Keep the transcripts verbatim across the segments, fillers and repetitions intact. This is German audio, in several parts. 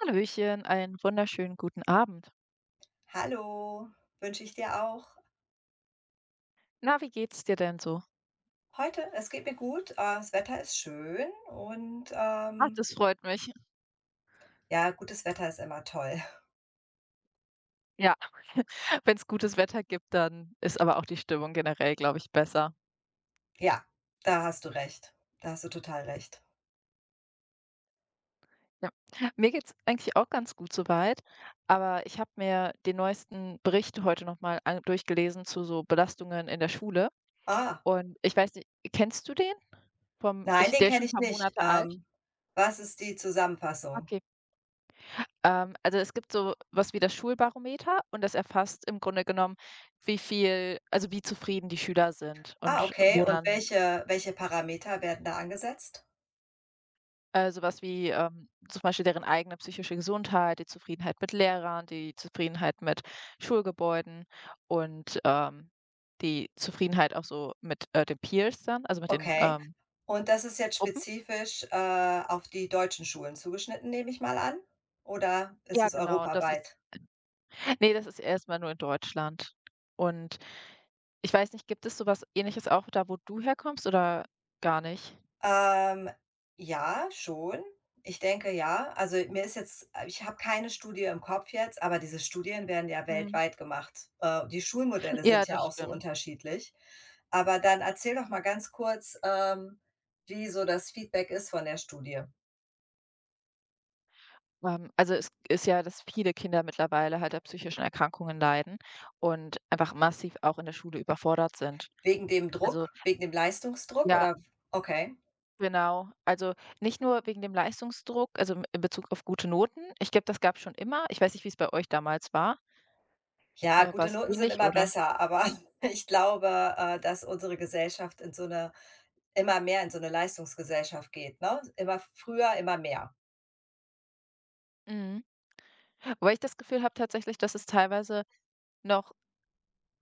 Hallöchen, einen wunderschönen guten Abend. Hallo, wünsche ich dir auch. Na, wie geht's dir denn so? Heute, es geht mir gut, äh, das Wetter ist schön und Ah, ähm, das freut mich. ja, gutes Wetter ist immer toll. Ja, wenn es gutes Wetter gibt, dann ist aber auch die Stimmung generell, glaube ich, besser. Ja, da hast du recht. Da hast du total recht. Ja. Mir geht's eigentlich auch ganz gut soweit, aber ich habe mir den neuesten Bericht heute noch mal durchgelesen zu so Belastungen in der Schule Ah, und ich weiß nicht, kennst du den? Vom nein, ich den Der ist kenne schon ein ich paar nicht. Monate alt. Ähm, was ist die Zusammenfassung? Okay. Ähm, also, es gibt so was wie das Schulbarometer und das erfasst im Grunde genommen, wie viel, also, wie zufrieden die Schüler sind Ah, und okay. wo Und dann welche, welche Parameter werden da angesetzt? äh, so was wie, ähm, zum Beispiel deren eigene psychische Gesundheit, die Zufriedenheit mit Lehrern, die Zufriedenheit mit Schulgebäuden und, ähm, die Zufriedenheit auch so mit, äh, den Peers dann, also mit den, Okay. ähm, Und das ist jetzt Gruppen. spezifisch äh, auf die deutschen Schulen zugeschnitten, nehme ich mal an? Oder ist Ja, es genau, das ist, europaweit? nee, das ist erstmal nur in Deutschland. Und ich weiß nicht, gibt es sowas Ähnliches auch da, wo du herkommst oder gar nicht? Ähm, ja, schon. Ich denke, ja. Also, mir ist jetzt äh, ich habe keine Studie im Kopf jetzt, aber diese Studien werden ja Mhm. weltweit gemacht. Äh, die Schulmodelle Ja, sind ja das auch so stimmt. unterschiedlich. Aber dann erzähl doch mal ganz kurz, ähm, wie so das Feedback ist von der Studie. Ähm, also, es ist ja, dass viele Kinder mittlerweile halt an psychischen Erkrankungen leiden und einfach massiv auch in der Schule überfordert sind. Wegen dem Also, Druck, wegen dem Leistungsdruck ja, oder okay. genau. Also, nicht nur wegen dem Leistungsdruck, also im in Bezug auf gute Noten. Ich glaube, das gab's schon immer. Ich weiß nicht, wie es bei euch damals war. Ja, Äh, gute War's Noten sind ähnlich, immer oder? besser, aber ich glaube, äh, dass unsere Gesellschaft in so eine immer mehr in so eine Leistungsgesellschaft geht, ne? Immer früher, immer mehr. Mhm. Wobei ich das Gefühl habe tatsächlich, dass es teilweise noch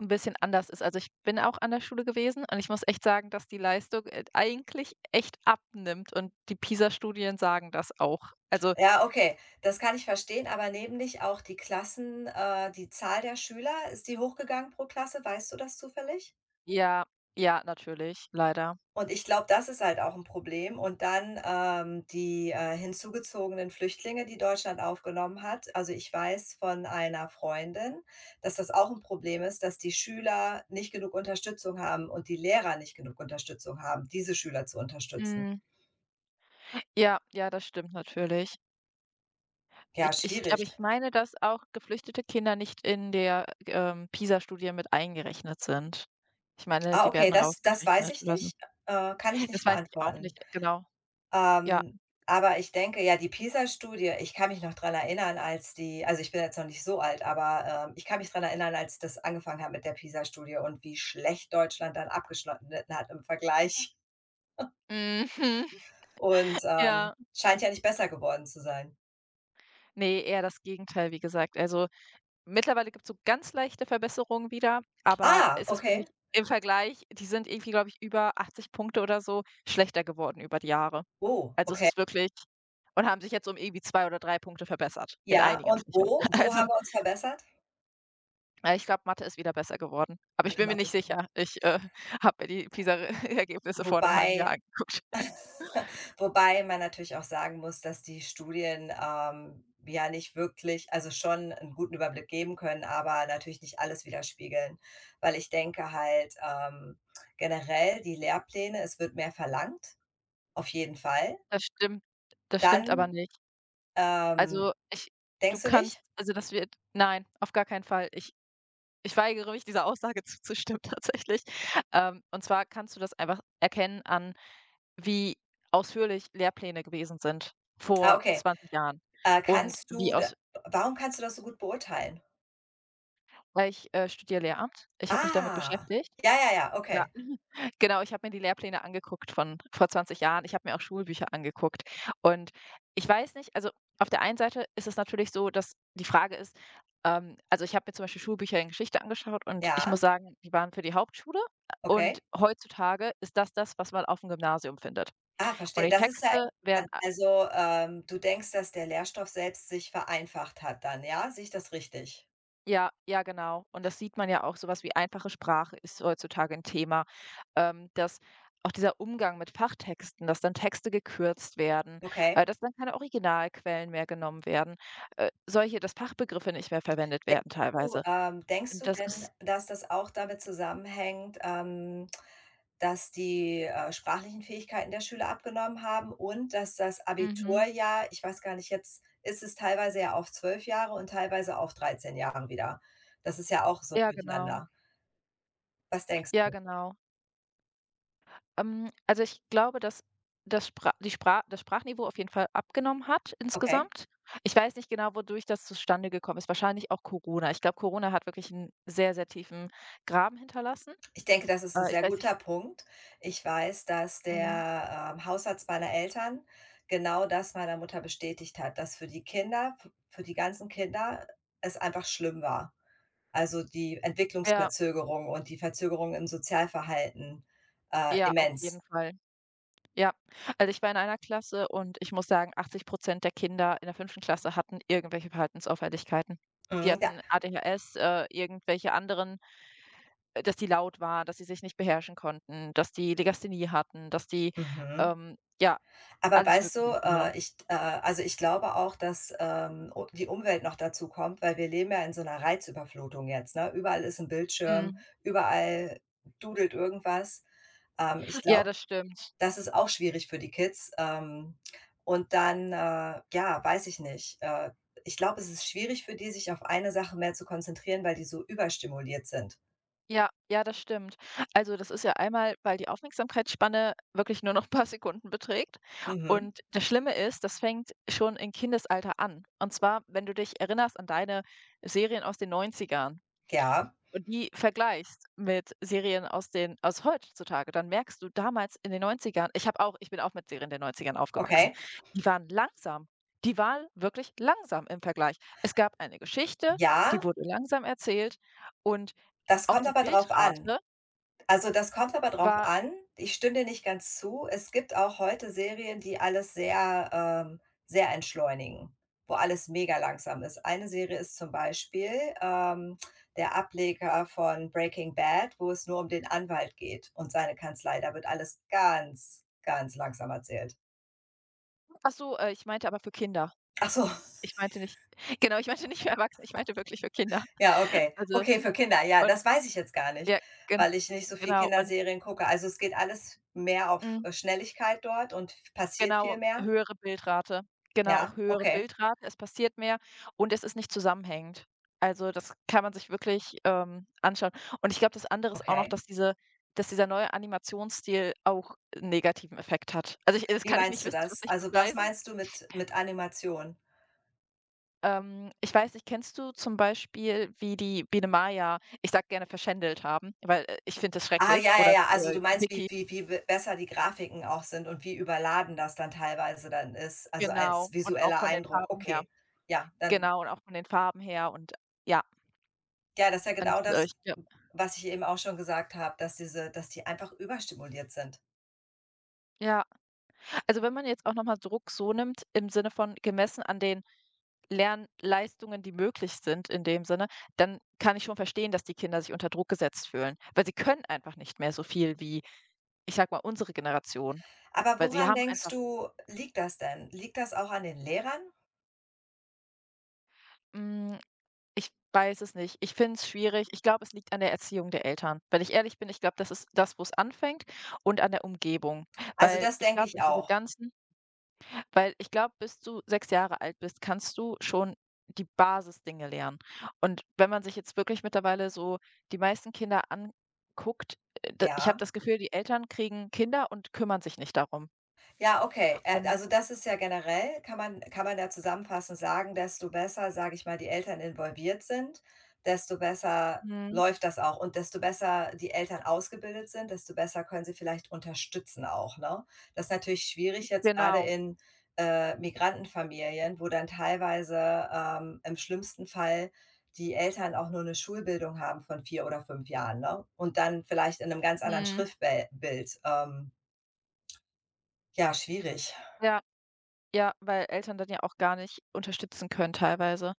'N bisschen anders ist. Also, ich bin auch an der Schule gewesen und ich muss echt sagen, dass die Leistung, äh, eigentlich echt abnimmt und die PISA-Studien sagen das auch. Also Ja, okay, das kann ich verstehen, aber nämlich auch die Klassen äh, die Zahl der Schüler, ist die hochgegangen pro Klasse? Weißt du das zufällig? ja, ja, natürlich, leider. Und ich glaube, das ist halt auch 'n Problem. Und dann, ähm, die, äh, hinzugezogenen Flüchtlinge, die Deutschland aufgenommen hat. Also, ich weiß von einer Freundin, dass das auch 'n Problem ist, dass die Schüler nicht genug Unterstützung haben und die Lehrer nicht genug Unterstützung haben, diese Schüler zu unterstützen. Mhm. Ja, ja, das stimmt natürlich. Ja, Ich ich schwierig. aber, ich meine, dass auch geflüchtete Kinder nicht in der, ähm, PISA-Studie mit eingerechnet sind. Ich meine, Ah, die okay, werden das das weiß rausgerechnet ich oder so. nicht, äh, kann ich nicht Das weiß ich auch beantworten. nicht genau. Ja. Ähm, aber ich denke, ja, die PISA-Studie ich kann mich noch dran erinnern, als die also, ich bin jetzt noch nicht so alt, aber, ähm, ich kann mich dran erinnern, als das angefangen hat mit der PISA-Studie und wie schlecht Deutschland dann abgeschnitten hat im Vergleich Mhm. und, ähm, Ja. scheint ja nicht besser geworden zu sein. Ne, eher das Gegenteil, wie gesagt. Also mittlerweile gibt es so ganz leichte Verbesserungen wieder, aber Ah, es ist okay. wirklich im Vergleich, die sind irgendwie, glaube ich, über achtzig Punkte oder so schlechter geworden über die Jahre. Oh, Also, es okay. ist wirklich, und haben sich jetzt um irgendwie zwei oder drei Punkte verbessert in Ja, einigen und Fächern. wo wo Also, haben wir uns verbessert? äh, ich glaube, Mathe ist wieder besser geworden, aber ich Ach, bin mir nicht Mathis. sicher. Ich, äh, habe mir die PISA-Ergebnisse vor einem halben Wobei Jahr angeguckt. wobei man natürlich auch sagen muss, dass die Studien, ähm, ja nicht wirklich also schon einen guten Überblick geben können, aber natürlich nicht alles widerspiegeln. Weil ich denke halt, ähm, generell die Lehrpläne es wird mehr verlangt, auf jeden Fall. Das stimmt, das stimmt aber Dann, nicht. ähm Also, ich du denkst du kannst nicht? also, das wird, nein, auf gar keinen Fall. Ich Ich weigere mich, dieser Aussage zuzustimmen tatsächlich. Ähm, und zwar kannst du das einfach erkennen an, wie ausführlich Lehrpläne gewesen sind Ah, vor okay. zwanzig Jahren Äh, und kannst du wie da aus warum kannst du das so gut beurteilen? weil ich, äh, studiere Lehramt. Ich habe mich damit Ah, beschäftigt. ja, ja, ja, Ja, okay. genau. Ich habe mir die Lehrpläne angeguckt von vor zwanzig Jahren. Ich habe mir auch Schulbücher angeguckt. Und ich weiß nicht, also auf der einen Seite ist es natürlich so, dass die Frage ist, ähm, also ich habe mir zum Beispiel Schulbücher in Geschichte angeschaut und ich muss Ja, sagen, die waren für die Hauptschule. Und okay. heutzutage ist das das, was man auf dem Gymnasium findet. Ah, Und verstehe. die Das ist ja Texte interessant. werden. Also, ähm, du denkst, dass der Lehrstoff selbst sich vereinfacht hat dann, ja? Sehe ich das richtig? Ja, ja, genau. Und das sieht man ja auch. Sowas wie einfache Sprache ist heutzutage ein Thema. Ähm, dass auch dieser Umgang mit Fachtexten, dass dann Texte gekürzt werden, Okay. äh, dass dann keine Originalquellen mehr genommen werden, äh, solche dass Fachbegriffe nicht mehr verwendet Denkst werden du teilweise. ähm, denkst Und du das denn, ist, dass das auch damit zusammenhängt, ähm, dass die, äh, sprachlichen Fähigkeiten der Schüler abgenommen haben und dass das mhm. Abiturjahr ich weiß gar nicht, jetzt ist es teilweise ja auf zwölf Jahre und teilweise auf dreizehn Jahren wieder. Das ist ja auch so 'n Ja, genau. Durcheinander. Was denkst Ja, du? genau. Ähm, also, ich glaube, dass das Spra die Spra das Sprachniveau auf jeden Fall abgenommen hat Okay. insgesamt. Ich weiß nicht genau, wodurch das zustande gekommen ist. Wahrscheinlich auch Corona. Ich glaube, Corona hat wirklich einen sehr, sehr tiefen Graben hinterlassen. Ich denke, das ist ein Äh, ich sehr weiß nicht. guter Punkt. Ich weiß, dass Mhm. der, ähm, Hausarzt meiner Eltern genau das meiner Mutter bestätigt hat, dass für die Kinder f für die ganzen Kinder es einfach schlimm war. Also, die Ja, Entwicklungsverzögerung und die Verzögerung im Sozialverhalten, äh, ja, auf immens. jeden Fall. Ja. Also, ich war in einer Klasse und ich muss sagen, achtzig der Kinder in der fünften Klasse hatten irgendwelche Verhaltensauffälligkeiten. Die Mhm, da hatten A D H S, äh, irgendwelche anderen, äh, dass die laut waren, dass sie sich nicht beherrschen konnten, dass die Legasthenie hatten, dass die, mhm. ähm, ja, Aber alles weißt du, Mögliche im Grunde genommen. äh, ich äh, also, ich glaube auch, dass, ähm, u die Umwelt noch dazu kommt, weil wir leben ja in so einer Reizüberflutung jetzt, ne? Überall ist ein Bildschirm, Mhm. überall dudelt irgendwas. Ähm, ich Ja, glaube, das stimmt. das ist auch schwierig für die Kids. Ähm, und dann, äh, ja, weiß ich nicht. Äh, ich glaube, es ist schwierig für die, sich auf eine Sache mehr zu konzentrieren, weil die so überstimuliert sind. Ja, ja, das stimmt. Also, das ist ja einmal, weil die Aufmerksamkeitsspanne wirklich nur noch 'n paar Sekunden beträgt. Mhm. Und das Schlimme ist, das fängt schon im Kindesalter an. Und zwar, wenn du dich erinnerst an deine Serien aus den neunzigern Ja, und die vergleichst mit Serien aus den aus heutzutage, dann merkst du damals in den neunzigern. Ich habe auch ich bin auch mit Serien der neunzigern aufgewachsen. okay. Die waren langsam. Die waren wirklich langsam im Vergleich. Es gab eine Geschichte, Ja, die wurde langsam erzählt, und das auch kommt die aber drauf an. Bildrate Also, das kommt aber drauf war. an. Ich stimme dir nicht ganz zu. Es gibt auch heute Serien, die alles sehr, ähm sehr entschleunigen, wo alles mega langsam ist. Eine Serie ist zum Beispiel, ähm, der Ableger von Breaking Bad, wo es nur um den Anwalt geht und seine Kanzlei. Da wird alles ganz, ganz langsam erzählt. Ach so, äh, ich meinte aber für Kinder. Ach so, Ich meinte nicht, genau, ich meinte nicht für Erwachsene, ich meinte wirklich für Kinder. ja, okay. Also Okay, für Kinder, ja, und das weiß ich jetzt gar nicht, ja, gen weil ich nicht so viel genau und, Kinderserien gucke. Also, es geht alles mehr auf, hm äh, Schnelligkeit dort und f passiert viel genau, mehr. höhere Bildrate. Genau, auch Ja, höhere okay, Bildrate. Es passiert mehr und es ist nicht zusammenhängend. Also, das kann man sich wirklich, ähm, anschauen. Und ich glaube, das andere ist auch noch, okay. dass diese dass dieser neue Animationsstil auch 'n negativen Effekt hat. Also, ich das Wie kann ich nicht meinst du das? wissenschaftlich Also, was beweisen. meinst du mit mit Animation? Ähm, ich weiß nicht, kennst du zum Beispiel, wie die Biene Maya ich sag gerne verschändelt haben, weil, äh, ich finde das Ah, schrecklich, ja, ja, oder, ja. Also, du äh, meinst, wie Vicky, wie wie be besser die Grafiken auch sind und wie überladen das dann teilweise dann ist, also als genau, und auch visueller von den Eindruck. Farben her. Okay, ja, dann Genau, und auch von den Farben her und ja, ja, das ist ja und, genau äh, das, ich. was ich eben auch schon gesagt habe, dass diese dass die einfach überstimuliert sind. Ja, also wenn man jetzt auch noch mal Druck so nimmt, im Sinne von gemessen an den Lernleistungen, die möglich sind in dem Sinne, dann kann ich schon verstehen, dass die Kinder sich unter Druck gesetzt fühlen, weil sie können einfach nicht mehr so viel wie, ich sag mal, unsere Generation, Aber weil sie woran haben denkst einfach, du, liegt das denn? Liegt das auch an den Lehrern? hm, ich weiß es nicht. Ich finde es schwierig. Ich glaube, es liegt an der Erziehung der Eltern. Wenn ich ehrlich bin, ich glaube, das ist das, wo es anfängt, und an der Umgebung, Also, weil das ich denke glaube, ich dass diese auch, ganzen weil ich glaube, bis du sechs Jahre alt bist, kannst du schon die Basisdinge lernen. Und wenn man sich jetzt wirklich mittlerweile so die meisten Kinder anguckt, äh, d ich habe ja. das Gefühl, die Eltern kriegen Kinder und kümmern sich nicht darum. Ja, okay. Äh, Und, Also das ist ja generell kann man kann man da zusammenfassend sagen, desto besser, sage ich mal, die Eltern involviert sind, desto besser mhm, läuft das auch und desto besser die Eltern ausgebildet sind, desto besser können sie vielleicht unterstützen auch, ne? Das ist natürlich schwierig jetzt gerade genau. in, äh, Migrantenfamilien, wo dann teilweise, ähm, im schlimmsten Fall die Eltern auch nur eine Schulbildung haben von vier oder fünf Jahren, ne? Und dann vielleicht in einem ganz anderen Mhm. Schriftbild Ähm, ja, schwierig. Ja, ja, weil Eltern dann ja auch gar nicht unterstützen können teilweise.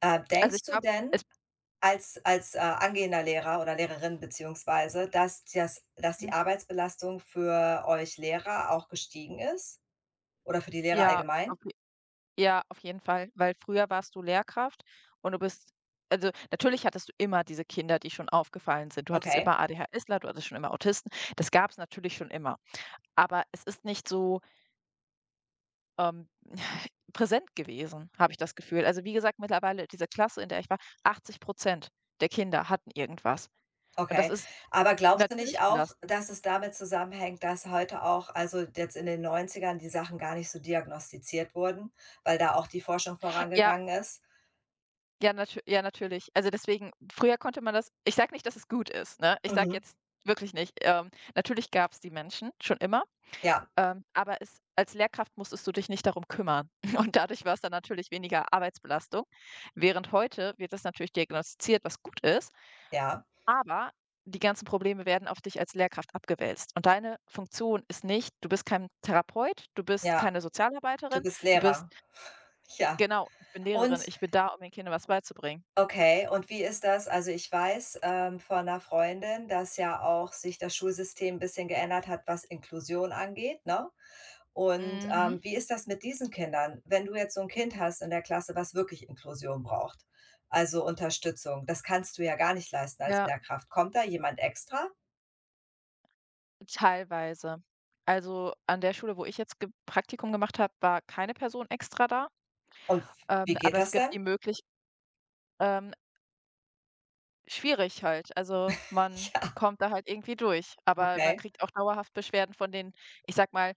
Äh, Also, Denkst ich du glaube, denn es, als als, äh, angehender Lehrer oder Lehrerin beziehungsweise, dass das dass die mhm, Arbeitsbelastung für euch Lehrer auch gestiegen ist oder für die Lehrer ja, allgemein? auf. Ja, auf jeden Fall, weil früher warst du Lehrkraft und du bist also, natürlich hattest du immer diese Kinder, die schon aufgefallen sind. Du hattest Okay, immer ADHSler, du hattest schon immer Autisten. Das gab es natürlich schon immer. Aber es ist nicht so, ähm, präsent gewesen, habe ich das Gefühl. Also, wie gesagt, mittlerweile diese Klasse, in der ich war, achtzig der Kinder hatten irgendwas. Und das okay. ist Aber glaubst du nicht natürlich auch, belastend. dass es damit zusammenhängt, dass heute auch also, jetzt in den Neunzigern die Sachen gar nicht so diagnostiziert wurden, weil da auch die Forschung Ja, vorangegangen ist? ja, natü ja, natürlich. Also, deswegen, früher konnte man das, ich sage nicht, dass es gut ist, ne? Ich sage Mhm. jetzt wirklich nicht. Ähm, natürlich gab's die Menschen schon immer, Ja, ähm, aber es als Lehrkraft musstest du dich nicht darum kümmern und dadurch war's dann natürlich weniger Arbeitsbelastung, während heute wird das natürlich diagnostiziert, was gut ist, ja, aber die ganzen Probleme werden auf dich als Lehrkraft abgewälzt und deine Funktion ist nicht, du bist kein Therapeut, du bist ja. keine Du Sozialarbeiterin, bist du bist Lehrer. Ja. genau, ich bin Lehrerin, Und ich bin da, um den Kindern was beizubringen. okay, und wie ist das? Also, ich weiß, ähm, von einer Freundin, dass ja auch sich das Schulsystem ein bisschen geändert hat, was Inklusion angeht, ne? Und, ähm, Mhm, wie ist das mit diesen Kindern? Wenn du jetzt so ein Kind hast in der Klasse, was wirklich Inklusion braucht, also Unterstützung, das kannst du ja gar nicht leisten als ja. Lehrkraft. Kommt da jemand extra? Teilweise. Also, an der Schule, wo ich jetzt ge Praktikum gemacht habe, war keine Person extra da, Und f wie ähm, geht aber es das gibt denn? die Möglich ähm, schwierig halt. Also, man Ja, kommt da halt irgendwie durch, aber man okay. kriegt auch dauerhaft Beschwerden von den, ich sag mal,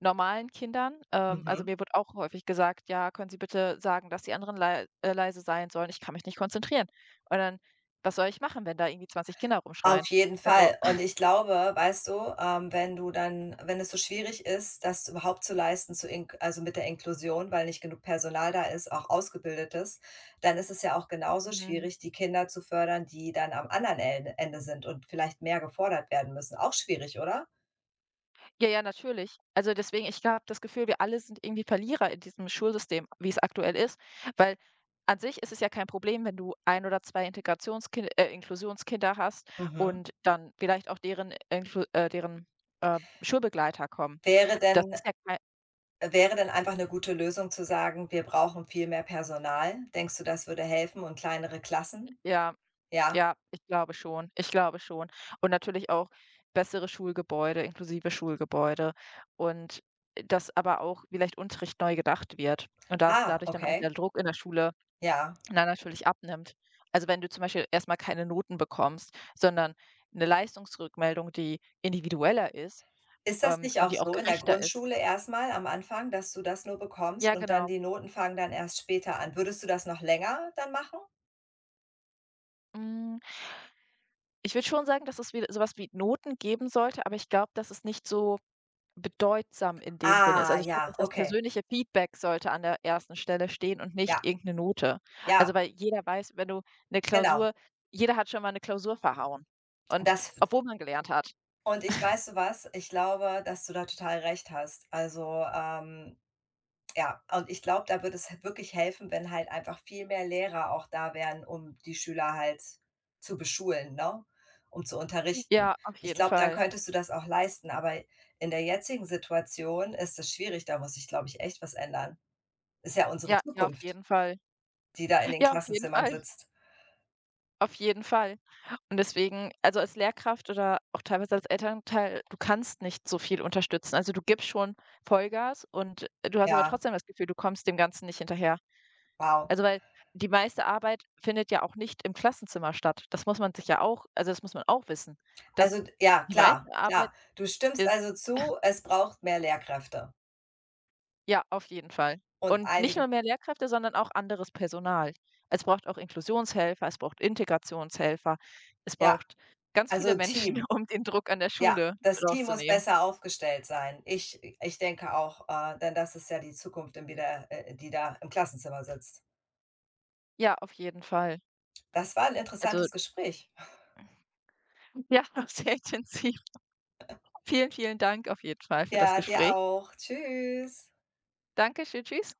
normalen Kindern. Ähm, also, Mhm. mir wird auch häufig gesagt: „Ja, können Sie bitte sagen, dass die anderen lei äh, leise sein sollen? Ich kann mich nicht konzentrieren.“ Und dann, was soll ich machen, wenn da irgendwie zwanzig Kinder Auf rumschreien? jeden Also Fall. Und ich glaube, weißt du, ähm, wenn du dann wenn es so schwierig ist, das überhaupt zu leisten, zu ink also mit der Inklusion, weil nicht genug Personal da ist, auch Ausgebildetes, dann ist es ja auch genauso schwierig, die Kinder zu fördern, die dann am anderen En Ende sind und vielleicht mehr gefordert werden müssen. Auch schwierig, oder? ja, ja, natürlich. Also deswegen, ich habe das Gefühl, wir alle sind irgendwie Verlierer in diesem Schulsystem, wie es aktuell ist, weil an sich ist es ja kein Problem, wenn du ein oder zwei Integrationskind äh, Inklusionskinder hast Mhm. und dann vielleicht auch deren Inklu äh, deren, äh, Schulbegleiter kommen. Wäre Das denn ist ja kein, wäre denn einfach eine gute Lösung zu sagen: „Wir brauchen viel mehr Personal.“ Denkst du, das würde helfen und kleinere Klassen? ja, Ja. ja, ich glaube schon, ich glaube schon. Und natürlich auch bessere Schulgebäude, inklusive Schulgebäude und äh, dass aber auch vielleicht Unterricht neu gedacht wird und dass Ah, dadurch dann auch der okay. Druck in der Schule, Ja. na, natürlich abnimmt. Also, wenn du zum Beispiel erstmal keine Noten bekommst, sondern eine Leistungsrückmeldung, die individueller ist, Ist das ähm, nicht und auch die auch so in der gerechter ist. Grundschule erstmal am Anfang, dass du das nur bekommst Ja, und dann genau. die Noten fangen dann erst später an? Würdest du das noch länger dann machen? Hm, ich würde schon sagen, dass es wieder sowas wie Noten geben sollte, aber ich glaube, dass es nicht so bedeutsam in dem Sinne ist. Ah, Also, ich glaube, ja, dass das okay. persönliche Feedback sollte an der ersten Stelle stehen und Ja, nicht irgendeine Note. ja, Also, weil jeder weiß, wenn du eine genau. Klausur, jeder hat schon mal eine Klausur verhauen, und Das obwohl man gelernt hat. und ich weißt du was? Ich glaube, dass du da total recht hast. Also, ähm Ja, und ich glaube, da würde es wirklich helfen, wenn halt einfach viel mehr Lehrer auch da wären, um die Schüler halt zu beschulen, ne, um zu unterrichten. Ja, auf Ich jeden glaube, dann Fall. könntest du das auch leisten, aber in der jetzigen Situation ist es schwierig, da muss ich, glaube ich, echt was ändern. Ist ja unsere Ja, ja, auf Zukunft, jeden Fall. die da in den Ja, auf jeden Klassenzimmern Fall, sitzt. auf jeden Fall. Und deswegen, also als Lehrkraft oder auch teilweise als Elternteil, du kannst nicht so viel unterstützen. Also, du gibst schon Vollgas und du hast aber Ja, trotzdem das Gefühl, du kommst dem Ganzen nicht hinterher. wow. Also, weil die meiste Arbeit findet ja auch nicht im Klassenzimmer statt. Das muss man sich ja auch, also, das muss man auch wissen, dass Also, d ja, die klar, meiste Arbeit klar. Du stimmst ist. also zu, es braucht mehr Lehrkräfte Ja, auf jeden Fall. und Und nicht einige nur mehr Lehrkräfte, sondern auch anderes Personal. Es braucht auch Inklusionshelfer, es braucht Integrationshelfer, es ja, braucht ganz also viele 'n Menschen, Team. um den Druck an der Ja, Schule das Team muss rauszunehmen. besser aufgestellt sein. Ich ich denke auch, äh, denn das ist ja die Zukunft im wieder äh, die da im Klassenzimmer sitzt. Ja, auf jeden Fall. Das war ein Also, interessantes Gespräch. ja, sehr intensiv. Vielen, vielen Dank auf jeden Fall für das Ja, dir Gespräch. auch. Tschüss. Danke schön, tschüss.